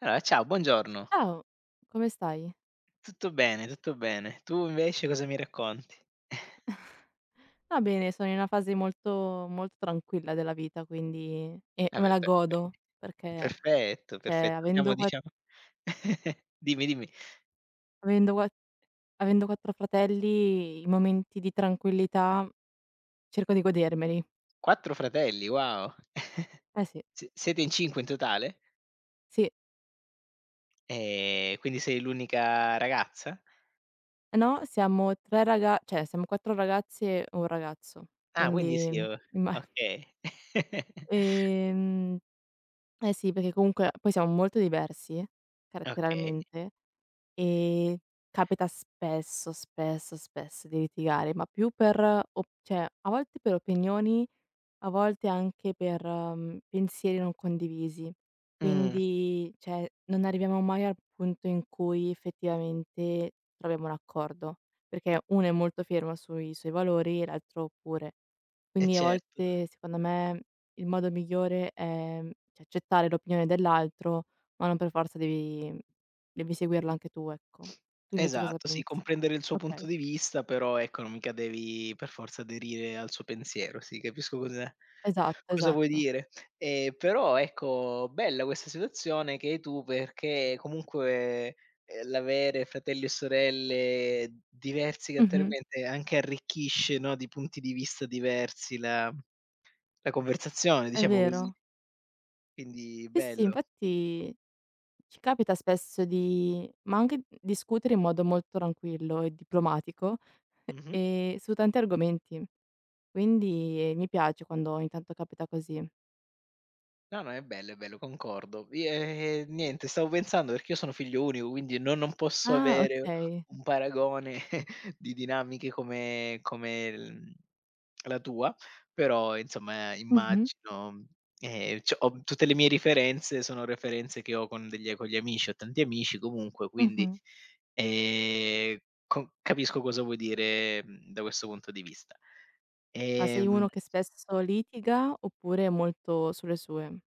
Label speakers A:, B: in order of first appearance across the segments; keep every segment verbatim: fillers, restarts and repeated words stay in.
A: Allora, ciao, buongiorno.
B: Ciao, come stai?
A: Tutto bene, tutto bene. Tu invece cosa mi racconti?
B: Va bene, sono in una fase molto, molto tranquilla della vita, quindi e e
A: Vabbè,
B: me la
A: perfetto.
B: godo perché,
A: Perfetto,
B: cioè,
A: perfetto. Siamo
B: avendo qua
A: diciamo dimmi, dimmi.
B: avendo qua avendo quattro fratelli, i momenti di tranquillità cerco di godermeli.
A: quattro fratelli, wow.
B: Eh sì,
A: S siete in cinque in totale?
B: sì,
A: Ehm, quindi sei l'unica ragazza?
B: eh no, siamo tre raga cioè, siamo quattro ragazze e un ragazzo,
A: Ah, quindi sì,
B: quindi
A: o
B: imma
A: okay.
B: ehm, eh sì, perché comunque poi siamo molto diversi
A: Okay.
B: caratterialmente. Ehm, Capita spesso, spesso, spesso di litigare, ma più per op cioè a volte per opinioni, a volte anche per, mhmm, pensieri non condivisi.
A: Mh,
B: Quindi, cioè, non arriviamo mai al punto in cui effettivamente troviamo un accordo, perché uno è molto fermo sui suoi valori e l'altro pure.
A: e
B: Quindi a
A: certo.
B: volte, secondo me, il modo migliore è, mhmm, cioè, accettare l'opinione dell'altro, ma non per forza devi devi seguirla anche tu, ecco. Tu invece cosa
A: Esatto, sì,
B: pensi?
A: comprendere il suo
B: Okay,
A: punto di vista, però ecco, non mica devi per forza aderire al suo pensiero, sì, capisco cos'è
B: esatto,
A: cosa vuoi
B: esatto.
A: dire. Ehm, però ecco, bella questa situazione che hai tu perché comunque, ehm, l'avere fratelli e sorelle diversi
B: Mh-mh,
A: caratterialmente anche arricchisce, no, di punti di vista diversi la la conversazione,
B: è
A: diciamo così.
B: vero.
A: Quindi
B: Sì, sì, sì,
A: bello.
B: infatti ci capita spesso di ma anche discutere in modo molto tranquillo e diplomatico,
A: Mh-mh.
B: ehm, su tanti argomenti, quindi eh, mi piace quando ogni tanto capita così.
A: No, no, è bello, è bello, concordo. I ehm, Niente, stavo pensando perché io sono figlio unico, quindi no, non posso
B: Ah,
A: avere
B: okay.
A: un paragone di dinamiche come come l la tua, però insomma
B: Mh-mh,
A: immagino ehm, cioè ho tutte le mie referenze, sono referenze che ho con degli con gli amici, ho tanti amici comunque, quindi,
B: mh-mh.
A: ehm, co capisco cosa vuoi dire, mhmm, da questo punto di vista.
B: Ma sei
A: Ehm
B: uno che spesso litiga oppure è molto sulle sue?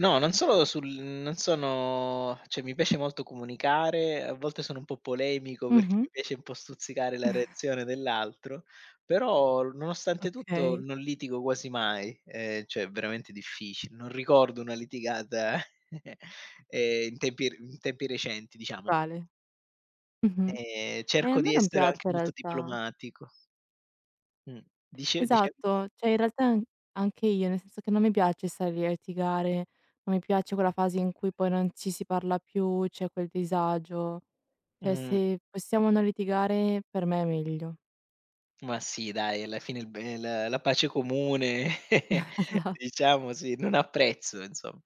A: No, non solo sul non sono cioè mi piace molto comunicare, a volte sono un po' polemico perché
B: Mh-mh,
A: mi piace un po' stuzzicare la reazione dell'altro, però nonostante tutto
B: okay.
A: non litigo quasi mai, ehm, cioè è veramente difficile. Non ricordo una litigata, ehm, in tempi r in tempi recenti diciamo.
B: Vocale. Mh-mh.
A: Ehm,
B: Eh, a
A: cerco
B: me
A: di
B: non
A: essere
B: piace
A: anche
B: in
A: molto
B: realtà.
A: diplomatico. Mh. Dice dicevi?
B: Esatto, cioè in realtà an anche io, nel senso che non mi piace stare lì a litigare, non mi piace quella fase in cui poi non ci si parla più, c'è quel disagio. Cioè
A: Mh.
B: se possiamo non litigare per me è meglio.
A: Ma sì dai, alla fine il be la la pace comune
B: Esa
A: diciamo sì, non ha prezzo insomma.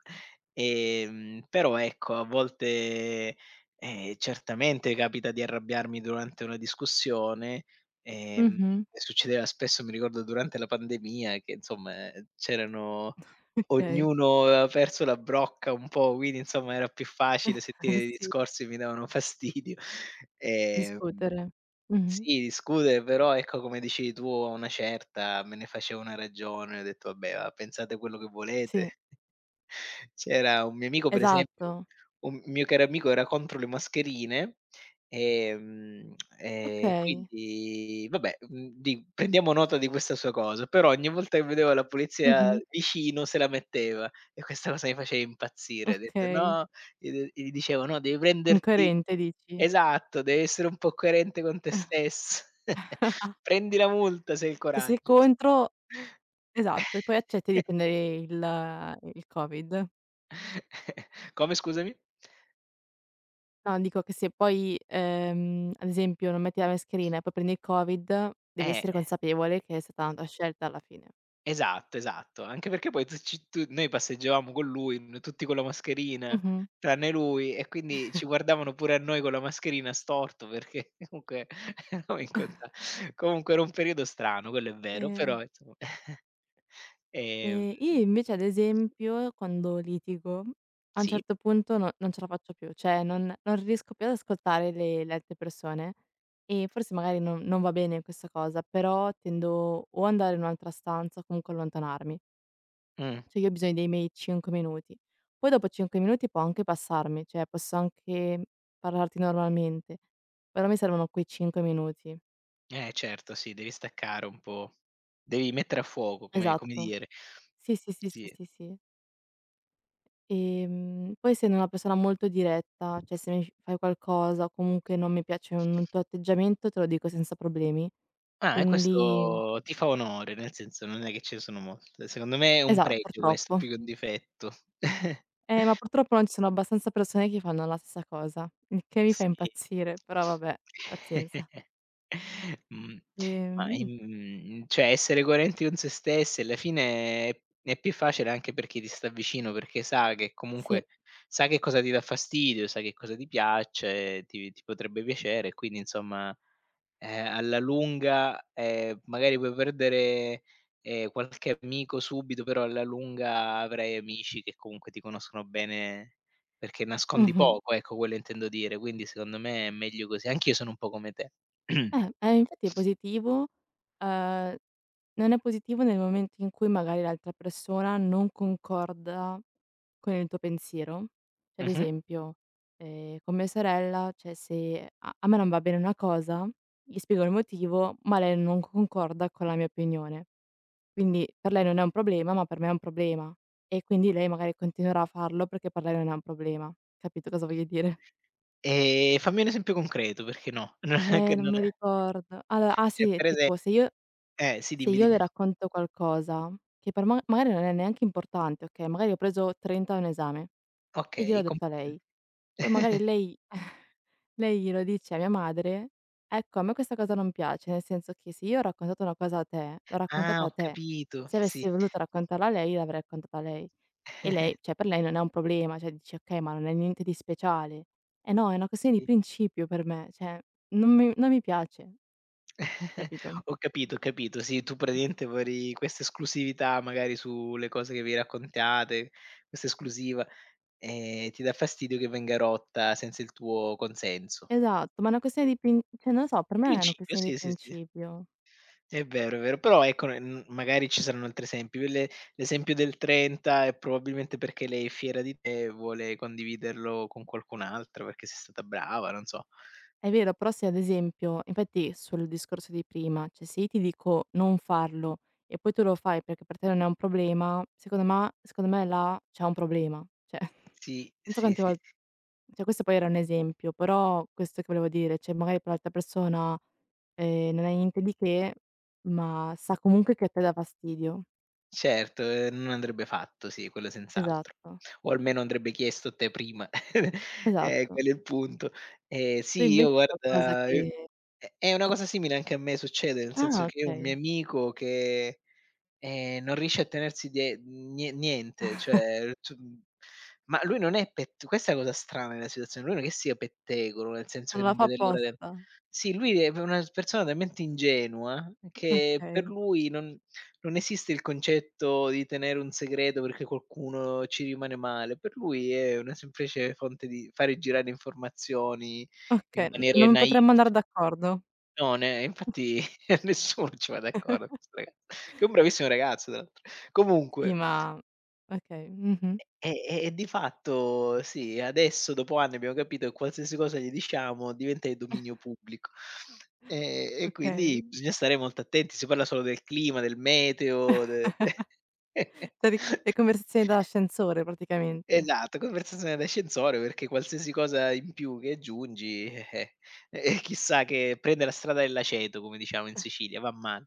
A: Ehm, però ecco a volte, ehm, certamente capita di arrabbiarmi durante una discussione, ehm,
B: Mh-mh,
A: succedeva spesso, mi ricordo durante la pandemia che insomma, ehm, c'erano
B: okay.
A: ognuno aveva perso la brocca un po', quindi insomma era più facile sentire i
B: Sì,
A: discorsi che mi davano fastidio. Ehm
B: discutere. Mh-mh.
A: sì, discutere, però ecco, come dicevi tu, a una certa me ne facevo una ragione, ho detto: "Vabbè, va, pensate quello che
B: Sì,
A: volete". C'era un mio amico per esempio,
B: esatto.
A: un mio caro amico era contro le mascherine, ehm, e
B: Okay.
A: quindi vabbè, mhmm, di prendiamo nota di questa sua cosa, però ogni volta che vedeva la polizia
B: Mh-mh.
A: vicino se la metteva, e questa cosa mi faceva impazzire. Ho detto:
B: Okay.
A: "No", gli de gli dicevo: "No, devi prenderti".
B: Incoerente dici?
A: Esatto, devi essere un po' coerente con te stesso. Prendi la multa se hai il
B: Se sei
A: coraggio inso.
B: contro Esatto, e poi accetti di prendere il il Covid.
A: Come scusami?
B: No, dico che se poi, ehm, ad esempio non metti la mascherina e poi prendi il Covid, devi
A: Eh,
B: essere consapevole che è stata una tua scelta alla fine.
A: esatto, esatto. Anche perché poi tu ci tu noi passeggiavamo con lui, n tutti con la mascherina,
B: Mh-mh.
A: tranne lui, e quindi ci guardavano pure a noi con la mascherina a storto perché comunque eravamo in conta comunque era un periodo strano, quello è vero,
B: Eh.
A: però insomma. Ehm,
B: Ehm, e io invece ad esempio quando litigo, a un
A: sì.
B: certo punto no non ce la faccio più, cioè non non riesco più ad ascoltare le le altre persone e forse magari non non va bene questa cosa, però tendo o andare in un'altra stanza o comunque allontanarmi.
A: Mh.
B: Cioè io ho bisogno dei miei cinque minuti. Poi dopo cinque minuti può anche passarmi, cioè posso anche parlarti normalmente, però mi servono quei cinque minuti.
A: Eh certo, sì, devi staccare un po'. Devi mettere a fuoco, come come
B: Esatto.
A: dire.
B: Sì, sì, sì, sì,
A: Sì.
B: sì, sì. Ehm, poi essendo una persona molto diretta, cioè se mi f fai qualcosa o comunque non mi piace un un tuo atteggiamento te lo dico senza problemi.
A: Ah, e
B: Quindi
A: questo ti fa onore, nel senso non è che ce ne sono molte. Secondo me è un
B: esa
A: pregio questo
B: purtroppo.
A: più che un difetto.
B: Eh, ma purtroppo non ci sono abbastanza persone che fanno la stessa cosa, il che mi fa
A: Sì.
B: impazzire, però vabbè, pazienza.
A: Mh, ma,
B: Ehm,
A: ehm, cioè essere coerenti con se stessi alla fine è è più facile anche per chi ti sta vicino, perché sa che
B: sì.
A: comunque sa che cosa ti dà fastidio, sa che cosa ti piace, ti ti potrebbe piacere, e quindi insomma eh, alla lunga, ehm, magari puoi perdere, ehm, qualche amico subito, però alla lunga avrai amici che comunque ti conoscono bene, perché nascondi
B: Mh-mh.
A: poco, ecco, quello intendo dire. Quindi secondo me è meglio così. Anch'io sono un po' come te.
B: Eh, eh, infatti è positivo. Uhm, Non è positivo nel momento in cui magari l'altra persona non concorda con il tuo pensiero. Cioè, ad
A: Mh-mh.
B: esempio, ehm, con mia sorella, cioè se a a me non va bene una cosa, gli spiego il motivo, ma lei non concorda con la mia opinione. Quindi per lei non è un problema, ma per me è un problema. E quindi lei magari continuerà a farlo perché per lei non è un problema. Capito cosa voglio dire?
A: Ehm, fammi un esempio concreto, perché no, non è
B: Eh,
A: che
B: non
A: non
B: mi
A: è
B: ricordo. Allora ah
A: cioè
B: sì,
A: per ese
B: tipo se io
A: eh, sì
B: se
A: dimmi,
B: io le
A: dimmi.
B: racconto qualcosa che per ma magari non è neanche importante, okay, magari ho preso trenta a un esame e
A: Okay,
B: gliel'ho detto a
A: complimenti.
B: lei, poi magari lei lei glielo dice a mia madre, ecco a me questa cosa non piace, nel senso che se io ho raccontato una cosa a te, l'ho
A: Ah,
B: raccontata a
A: ho
B: te.
A: capito.
B: Se
A: Sì,
B: avessi voluto raccontarla a lei, l'avrei raccontata a lei e lei cioè per lei non è un problema, cioè dici: "Okay, ma non è niente di speciale". Eh no, è una questione di
A: sì.
B: principio per me, cioè non mi non mi piace, capito?
A: Ho capito, ho capito. Sì, tu praticamente vorrei questa esclusività magari sulle cose che vi raccontate, questa esclusiva, e ti dà fastidio che venga rotta senza il tuo consenso.
B: Esatto, ma è una questione di prin cioè non lo so, per
A: In
B: me è una
A: principio
B: questione di
A: sì, sì, sì.
B: principio.
A: È vero, è vero, però ecco, n magari ci saranno altri esempi. Quelle, l'esempio del trenta è probabilmente perché lei è fiera di te e vuole condividerlo con qualcun altro, perché sei stata brava, non so.
B: È vero, però se ad esempio infatti sul discorso di prima, cioè se io ti dico non farlo e poi tu lo fai perché per te non è un problema, secondo ma secondo me là c'è un problema. Cioè,
A: Sì,
B: non so
A: sì,
B: quante
A: sì.
B: vol cioè questo poi era un esempio, però questo che volevo dire, cioè magari per l'altra persona, ehm, non è niente di che, ma sa comunque che a te dà fastidio.
A: Certo, ehm, non andrebbe fatto, sì, quello senz'altro.
B: Esatto,
A: O almeno andrebbe chiesto a te prima. Eh,
B: esatto.
A: quello è il punto. Ehm,
B: Tu
A: sì, io
B: invece qualcosa
A: guarda e
B: che
A: è una
B: che
A: cosa simile anche a me succede, nel senso
B: ah
A: che un mio
B: okay.
A: amico che, ehm, non riesce a tenersi die nie niente, cioè tu ma lui non è pet questa è la cosa strana della situazione, lui non è che sia pettegolo, nel senso
B: Non
A: che
B: la
A: non
B: fa
A: vede l'ora del
B: apposta?
A: sì, lui è una persona talmente ingenua che per
B: Okay,
A: lui non non esiste il concetto di tenere un segreto perché qualcuno ci rimane male. Per lui è una semplice fonte di fare girare informazioni in
B: okay, n
A: maniere
B: non
A: naif.
B: potremmo andar d'accordo?
A: No, ne infatti nessuno ci va d'accordo con 'sto ragazzo, che è un bravissimo ragazzo tra l'altro.
B: Sì,
A: Comunque,
B: ma okay, mh-mh,
A: e e e di fatto sì, adesso dopo anni abbiamo capito che qualsiasi cosa gli diciamo diventa di dominio pubblico. E e quindi
B: okay.
A: bisogna stare molto attenti, si parla solo del clima, del meteo, de
B: Cioè di Le conversazioni da ascensore praticamente.
A: Esatto, conversazione d'ascensore, perché qualsiasi cosa in più che aggiungi, eh, eh, e chissà, che prende la strada dell'aceto, come diciamo in Sicilia, va male.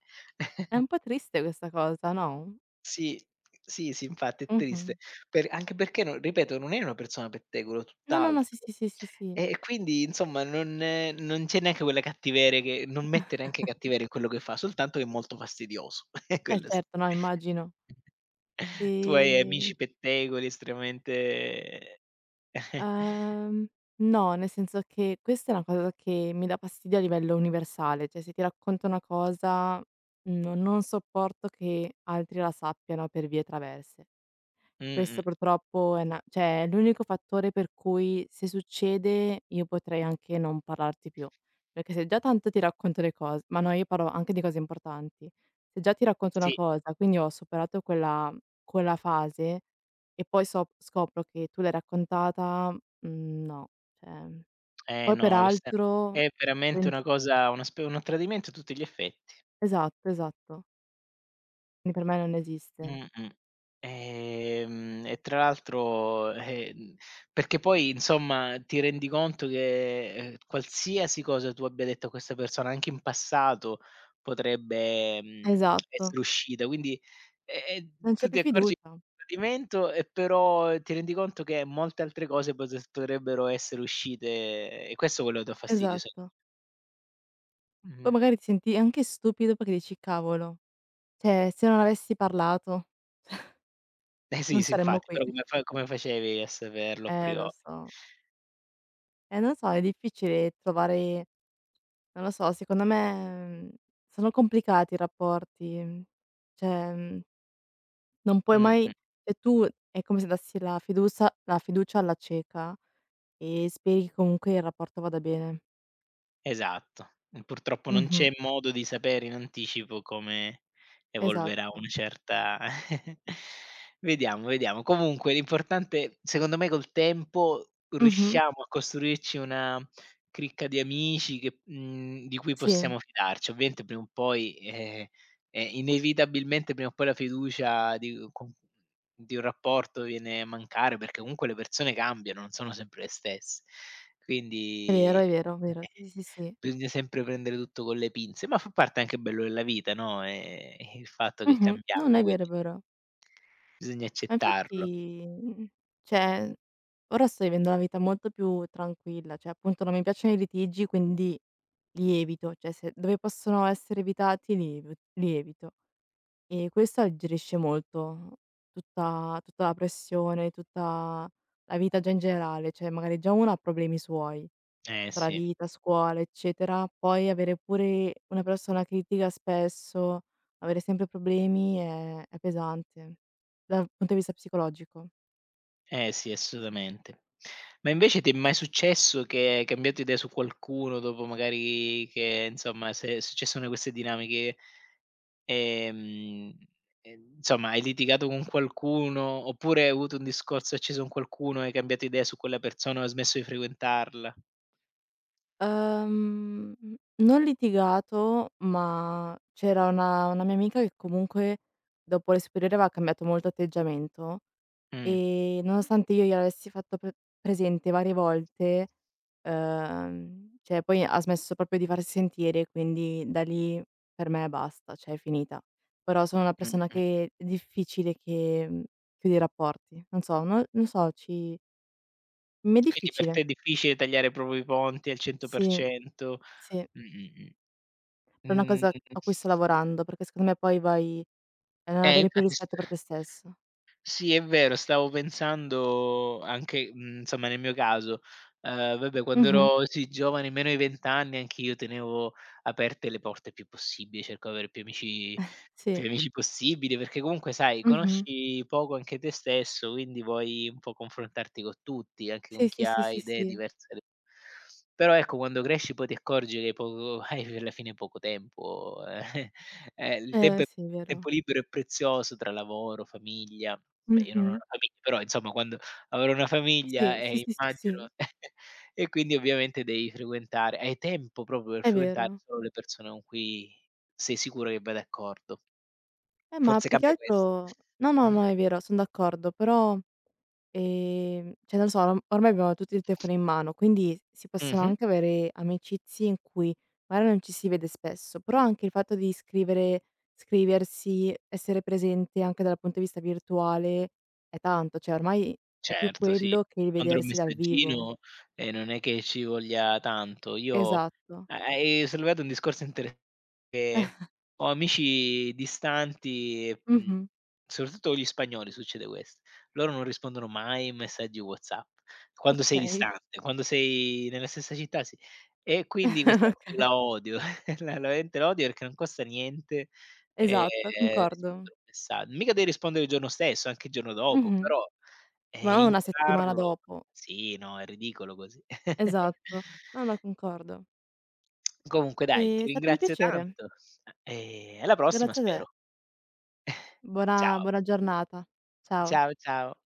B: È un po' triste questa cosa, no?
A: Sì, sì, sì, infatti è triste,
B: Mh-mh.
A: per anche perché, non ripeto, non era una persona pettegola,
B: No, no, no,
A: tutt'altro.
B: sì, sì, sì, sì, sì.
A: E quindi insomma non non c'è neanche quella cattiveria, che non mette neanche cattiveria in quello che fa, soltanto che è molto fastidioso, eh,
B: Eh
A: quello sì.
B: certo, no, immagino.
A: Tu hai amici
B: Ehm,
A: pettegoli estremamente.
B: uhm, no, nel senso che questa è una cosa che mi dà fastidio a livello universale, cioè se ti racconto una cosa, no non sopporto che altri la sappiano per vie traverse. Questo
A: Mh-mh,
B: purtroppo è na cioè è l'unico fattore per cui se succede io potrei anche non parlarti più, perché se già tanto ti racconto le cose ma no, io parlo anche di cose importanti. Se già ti racconto una
A: sì,
B: cosa, quindi ho superato quella quella fase e poi sop scopro che tu l'hai raccontata, mhmm, no, cioè
A: eh
B: poi
A: no, questa
B: peraltro
A: è veramente
B: pens
A: una cosa, una spe un tradimento a tutti gli effe.
B: esatto, esatto. Quindi per me non esiste.
A: Mh-mh. Ehm, e tra l'altro, eh, mhmm, perché poi insomma ti rendi conto che, ehm, qualsiasi cosa tu abbia detto a questa persona, anche in passato, potrebbe, mhmm,
B: Esatto,
A: essere uscita. Quindi, ehm,
B: non
A: tu
B: c'è
A: ti
B: più
A: accorgi
B: fiducia.
A: tradimento e però ti rendi conto che molte altre cose pose potrebbero essere uscite, e questo quello dà fastidio, se
B: Esatto. Poi
A: mh-mh.
B: magari ti senti anche stupido perché dici: "Cavolo, cioè se non avessi parlato
A: Eh sì,
B: non
A: sì
B: saremmo
A: infatti,
B: qui".
A: però come fa come facevi a saperlo a
B: Eh, lo
A: priori?
B: so. Eh, non so, è difficile trovare non lo so, secondo me, mhmm, sono complicati i rapporti, mhmm, cioè, mhmm, non puoi mai
A: Mh-mh.
B: cioè tu è come se dassi la fiducia la fiducia alla cieca e speri che comunque il rapporto vada bene.
A: Esatto. Mh, purtroppo non
B: Mh-mh.
A: c'è modo di sapere in anticipo come evolverà una
B: Esatto.
A: certa. Vediamo, vediamo. Comunque l'importante secondo me col tempo
B: Mh-mh.
A: riusciamo a costruirci una cricca di amici che mhmm, di cui
B: Sì,
A: possiamo fidarci. Ovviamente prima o poi, ehm ehm, inevitabilmente prima o poi la fiducia di con di un rapporto viene a mancare, perché comunque le persone cambiano, non sono sempre le stesse.
B: è vero,
A: Quindi,
B: è vero, vero.
A: eh,
B: Sì, sì, sì.
A: bisogna sempre prendere tutto con le pinze, ma fa parte anche bello della vita, no, ehm, il fatto che
B: Mh-mh. No,
A: cambiamo,
B: no, è vero, è
A: quindi
B: vero.
A: bisogna
B: Ma
A: accettarlo.
B: infatti, mhmm, cioè ora sto vivendo una vita molto più tranquilla, cioè appunto non mi piacciono i litigi, quindi li evito, cioè se dove possono essere evitati li ev li evito. E questo alleggerisce molto tutta tutta la pressione, tutta la vita già in generale, cioè magari già uno ha problemi suoi,
A: Eh
B: tra
A: sì,
B: vita, scuola, eccetera, poi avere pure una persona critica spesso, avere sempre problemi è è pesante dal punto di vista psicologico.
A: eh sì, assolutamente. Ma invece ti è mai successo che hai cambiato idea su qualcuno, dopo magari che, insomma, se successo una di queste dinamiche. Ehm, ehm, insomma, hai litigato con qualcuno, oppure hai avuto un discorso acceso con qualcuno, hai cambiato idea su quella persona o hai smesso di frequentarla.
B: Uhm, Non litigato, ma c'era una una mia amica che comunque dopo le superiori aveva cambiato molto atteggiamento.
A: Mh,
B: Ehm, nonostante io gliel'avessi fatto pre presente varie volte, uhm, cioè poi ha smesso proprio di farsi sentire, quindi da lì per me basta, cioè è finita. Però sono una
A: mh,
B: persona
A: mh.
B: che è difficile che, mhmm, chiude i rapporti. Non so, no non so, ci mi è
A: Quindi per te
B: difficile.
A: è difficile tagliare proprio i ponti al
B: Sì,
A: cento per cento.
B: sì.
A: Mh, mh,
B: Però
A: mh.
B: è una
A: Mhmm,
B: cosa a cui sto lavorando, perché secondo me poi vai a non
A: eh
B: avere più
A: infatti st
B: rispetto per te stesso.
A: sì è vero, stavo pensando anche, mhmm, insomma nel mio caso, ehm, vabbè quando
B: Mh-mh.
A: ero sì giovane, meno di venti anni, anch'io tenevo aperte le porte il più possibile, cercavo di avere più amici. Più
B: Sì.
A: amici possibile, perché comunque sai,
B: Mh-mh.
A: conosci poco anche te stesso, quindi vuoi un po' confrontarti con tutti, anche con
B: Sì,
A: chi
B: sì, sì,
A: ha
B: sì,
A: idee
B: sì.
A: diverse. D Però ecco, quando cresci poi ti accorgi che poco hai alla fine poco tempo. Eh, eh, il tempo
B: Eh,
A: è
B: sì, è
A: il tempo
B: vero.
A: libero è prezioso tra lavoro, famiglia. Beh, io non ho una
B: Mh-mh.
A: famiglia, però insomma quando avrò una famiglia,
B: Sì, sì,
A: eh,
B: sì, sì,
A: immagino.
B: sì,
A: E quindi ovviamente devi frequentare, hai tempo proprio per
B: è
A: frequentare
B: vero.
A: solo le persone con cui sei sicuro che vai d'accordo.
B: Eh, ma
A: Forse
B: più che
A: cambio ques
B: altro no, no,
A: mh.
B: no, è vero, son d'accordo, però, ehm, cioè non lo so, orm ormai abbiamo tutti il telefono in mano, quindi si possono
A: Mh-mh.
B: anche avere amicizie in cui magari non ci si vede spesso, però anche il fatto di scrivere scriversi, essere presente anche dal punto di vista virtuale è tanto, cioè ormai è più
A: Certo, sì.
B: quello che il
A: Rispondere a un
B: vedersi dal vivo.
A: messaggino, ehm, non è che ci voglia tanto. Io
B: Esatto.
A: ha hai sollevato un discorso interes che ho amici distanti e, mhmm,
B: Mh-mh.
A: soprattutto con gli spagnoli succede questo. Loro non rispondono mai ai messaggi WhatsApp, quando sei
B: Okay.
A: distante, quando sei nella stessa città sì. E quindi questa cosa io
B: Okay.
A: la odio, la la veramente la odio, perché non costa niente, ehm,
B: Esatto,
A: rispondere
B: concordo.
A: a un messa mica devi rispondere il giorno stesso, anche il giorno dopo,
B: Mh-mh.
A: però
B: Ma
A: eh,
B: non una settimana
A: ignorarlo
B: dopo.
A: sì, no, è ridicolo così.
B: Esatto. No, no, concordo.
A: Comunque dai,
B: È
A: ti
B: stato un
A: ringrazio
B: piacere.
A: tanto e alla prossima
B: Grazie a te.
A: spero.
B: Buona
A: Ciao,
B: buona giornata. Ciao.
A: ciao, ciao.